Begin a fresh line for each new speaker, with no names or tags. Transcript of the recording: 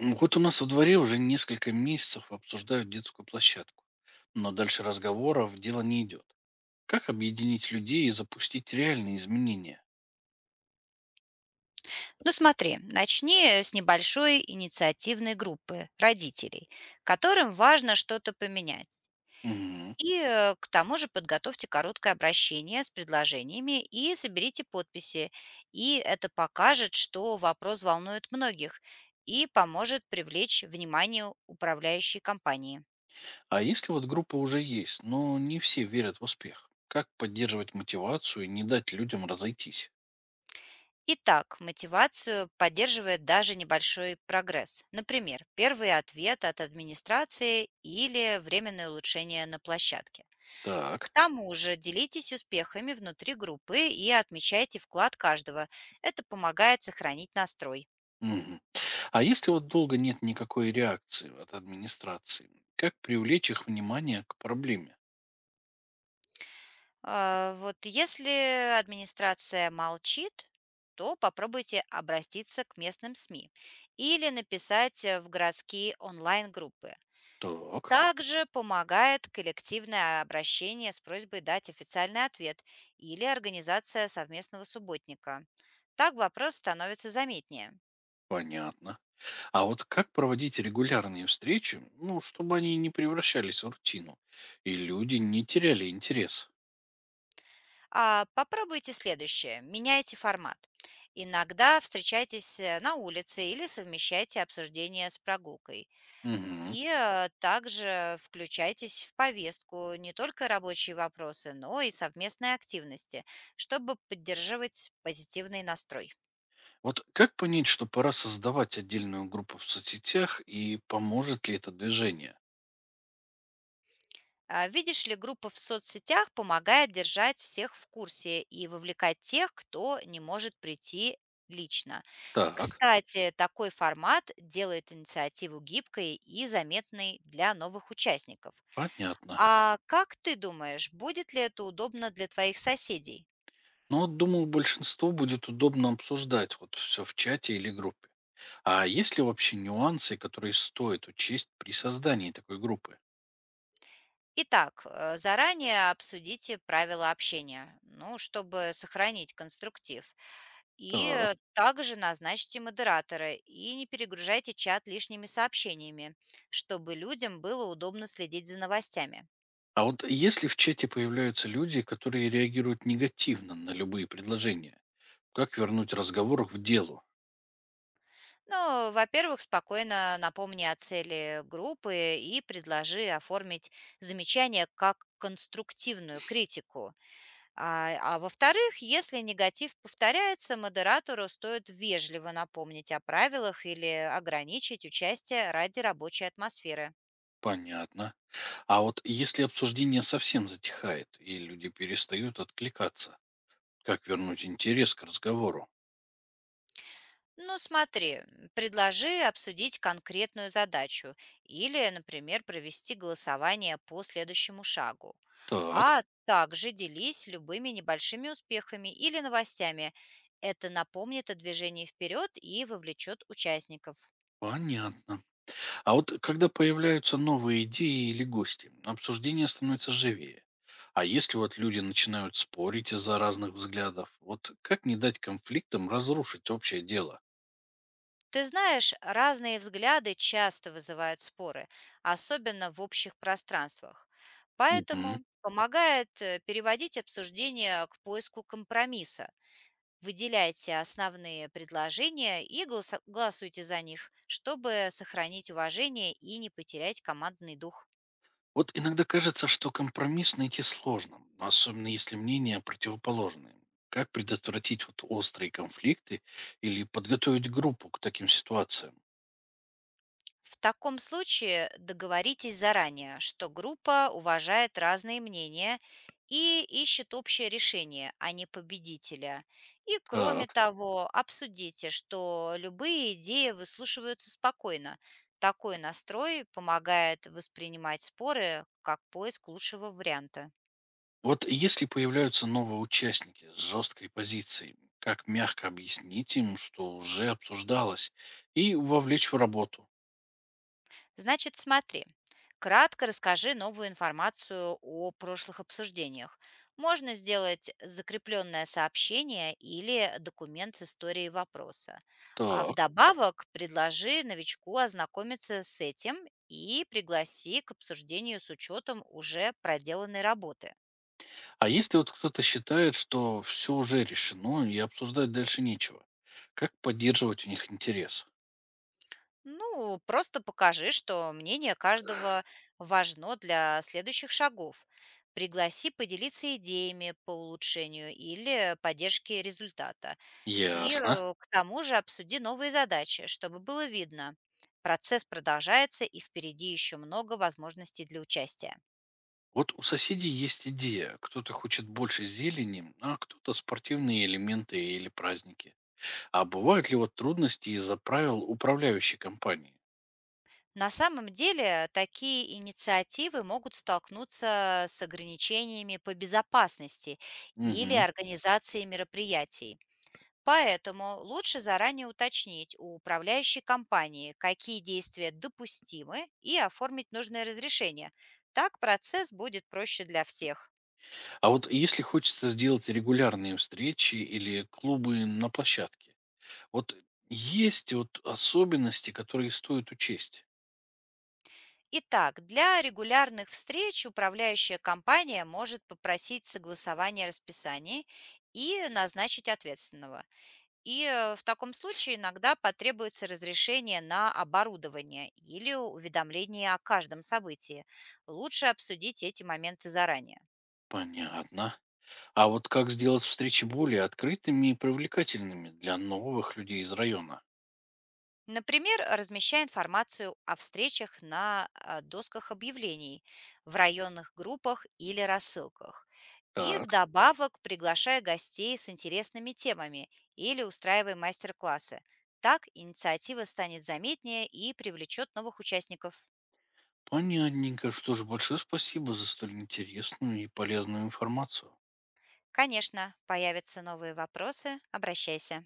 Вот у нас во дворе уже несколько месяцев обсуждают детскую площадку. Но дальше разговоров дело не идет. Как объединить людей и запустить реальные изменения?
Ну смотри, начни с небольшой инициативной группы родителей, которым важно что-то поменять.
Мгм.
К тому же подготовьте короткое обращение с предложениями и соберите подписи. И это покажет, что вопрос волнует многих и поможет привлечь внимание управляющей компании.
А если вот группа уже есть, но не все верят в успех? Как поддерживать мотивацию и не дать людям разойтись?
Итак, мотивацию поддерживает даже небольшой прогресс. Например, первый ответ от администрации или временное улучшение на площадке. К
Так.
тому же делитесь успехами внутри группы и отмечайте вклад каждого. Это помогает сохранить настрой.
Мгм. А если вот долго нет никакой реакции от администрации, как привлечь их внимание к проблеме?
Вот если администрация молчит, то попробуйте обратиться к местным СМИ или написать в городские онлайн-группы.
Так,
Также помогает коллективное обращение с просьбой дать официальный ответ или организация совместного субботника. Так вопрос становится заметнее.
понятно. А вот как проводить регулярные встречи, ну, чтобы они не превращались в рутину, и люди не теряли интерес?
А, попробуйте следующее. Меняйте формат. Иногда встречайтесь на улице или совмещайте обсуждение с прогулкой.
Мгм.
Также включайтесь в повестку не только рабочие вопросы, но и совместные активности, чтобы поддерживать позитивный настрой.
Вот как понять, что пора создавать отдельную группу в соцсетях, и поможет ли это движение?
Видишь ли, группа в соцсетях помогает держать всех в курсе и вовлекать тех, кто не может прийти лично.
Так,
Кстати, такой формат делает инициативу гибкой и заметной для новых участников.
понятно.
А как ты думаешь, будет ли это удобно для твоих соседей?
Но вот думаю, большинству будет удобно обсуждать вот все в чате или группе. А есть ли вообще нюансы, которые стоит учесть при создании такой группы?
Итак, заранее обсудите правила общения, ну, чтобы сохранить конструктив.
Так.
Также назначьте модератора и не перегружайте чат лишними сообщениями, чтобы людям было удобно следить за новостями.
А вот если в чате появляются люди, которые реагируют негативно на любые предложения, как вернуть разговор к делу?
Ну, во-первых, спокойно напомни о цели группы и предложи оформить замечание как конструктивную критику. А во-вторых, если негатив повторяется, модератору стоит вежливо напомнить о правилах или ограничить участие ради рабочей атмосферы.
Понятно. А вот если обсуждение совсем затихает, и люди перестают откликаться, как вернуть интерес к разговору?
Ну, смотри, предложи обсудить конкретную задачу или, например, провести голосование по следующему шагу.
Так,
А также делись любыми небольшими успехами или новостями. Это напомнит о движении вперед и вовлечет участников.
понятно. А вот когда появляются новые идеи или гости, обсуждение становится живее. А если вот люди начинают спорить из-за разных взглядов, вот как не дать конфликтам разрушить общее дело?
Ты знаешь, разные взгляды часто вызывают споры, особенно в общих пространствах.
Мгм.
Поэтому помогает переводить обсуждение к поиску компромисса. Выделяйте основные предложения и голосуйте за них, чтобы сохранить уважение и не потерять командный дух.
Вот иногда кажется, что компромисс найти сложно, особенно если мнения противоположные. Как предотвратить вот острые конфликты или подготовить группу к таким ситуациям?
В таком случае договоритесь заранее, что группа уважает разные мнения и ищет общее решение, а не победителя. И кроме
Так.
того, обсудите, что любые идеи выслушиваются спокойно. Такой настрой помогает воспринимать споры как поиск лучшего варианта.
Вот если появляются новые участники с жесткой позицией, как мягко объяснить им, что уже обсуждалось, и вовлечь в работу?
Значит, смотри. Кратко расскажи новую информацию о прошлых обсуждениях. Можно сделать закрепленное сообщение или документ с историей вопроса. А
Так.
вдобавок предложи новичку ознакомиться с этим и пригласи к обсуждению с учетом уже проделанной работы.
А если вот кто-то считает, что все уже решено и обсуждать дальше нечего, как поддерживать у них интерес?
Ну, просто покажи, что мнение каждого важно для следующих шагов. Пригласи поделиться идеями по улучшению или поддержке результата.
Ясно.
К тому же обсуди новые задачи, чтобы было видно. Процесс продолжается, и впереди еще много возможностей для участия.
Вот у соседей есть идея. Кто-то хочет больше зелени, а кто-то спортивные элементы или праздники. А бывают ли вот трудности из-за правил управляющей компании?
На самом деле, такие инициативы могут столкнуться с ограничениями по безопасности или
Мгм.
организации мероприятий. Поэтому лучше заранее уточнить у управляющей компании, какие действия допустимы, и оформить нужное разрешение. Так процесс будет проще для всех.
А вот если хочется сделать регулярные встречи или клубы на площадке, вот есть вот особенности, которые стоит учесть?
Итак, для регулярных встреч управляющая компания может попросить согласование расписаний и назначить ответственного. В таком случае иногда потребуется разрешение на оборудование или уведомление о каждом событии. Лучше обсудить эти моменты заранее.
Понятно. А вот как сделать встречи более открытыми и привлекательными для новых людей из района?
Например, размещай информацию о встречах на досках объявлений, в районных группах или рассылках. И
Так.
вдобавок приглашай гостей с интересными темами или устраивай мастер-классы. Так инициатива станет заметнее и привлечет новых участников.
Понятненько. Что же, большое спасибо за столь интересную и полезную информацию.
Конечно, появятся новые вопросы, обращайся.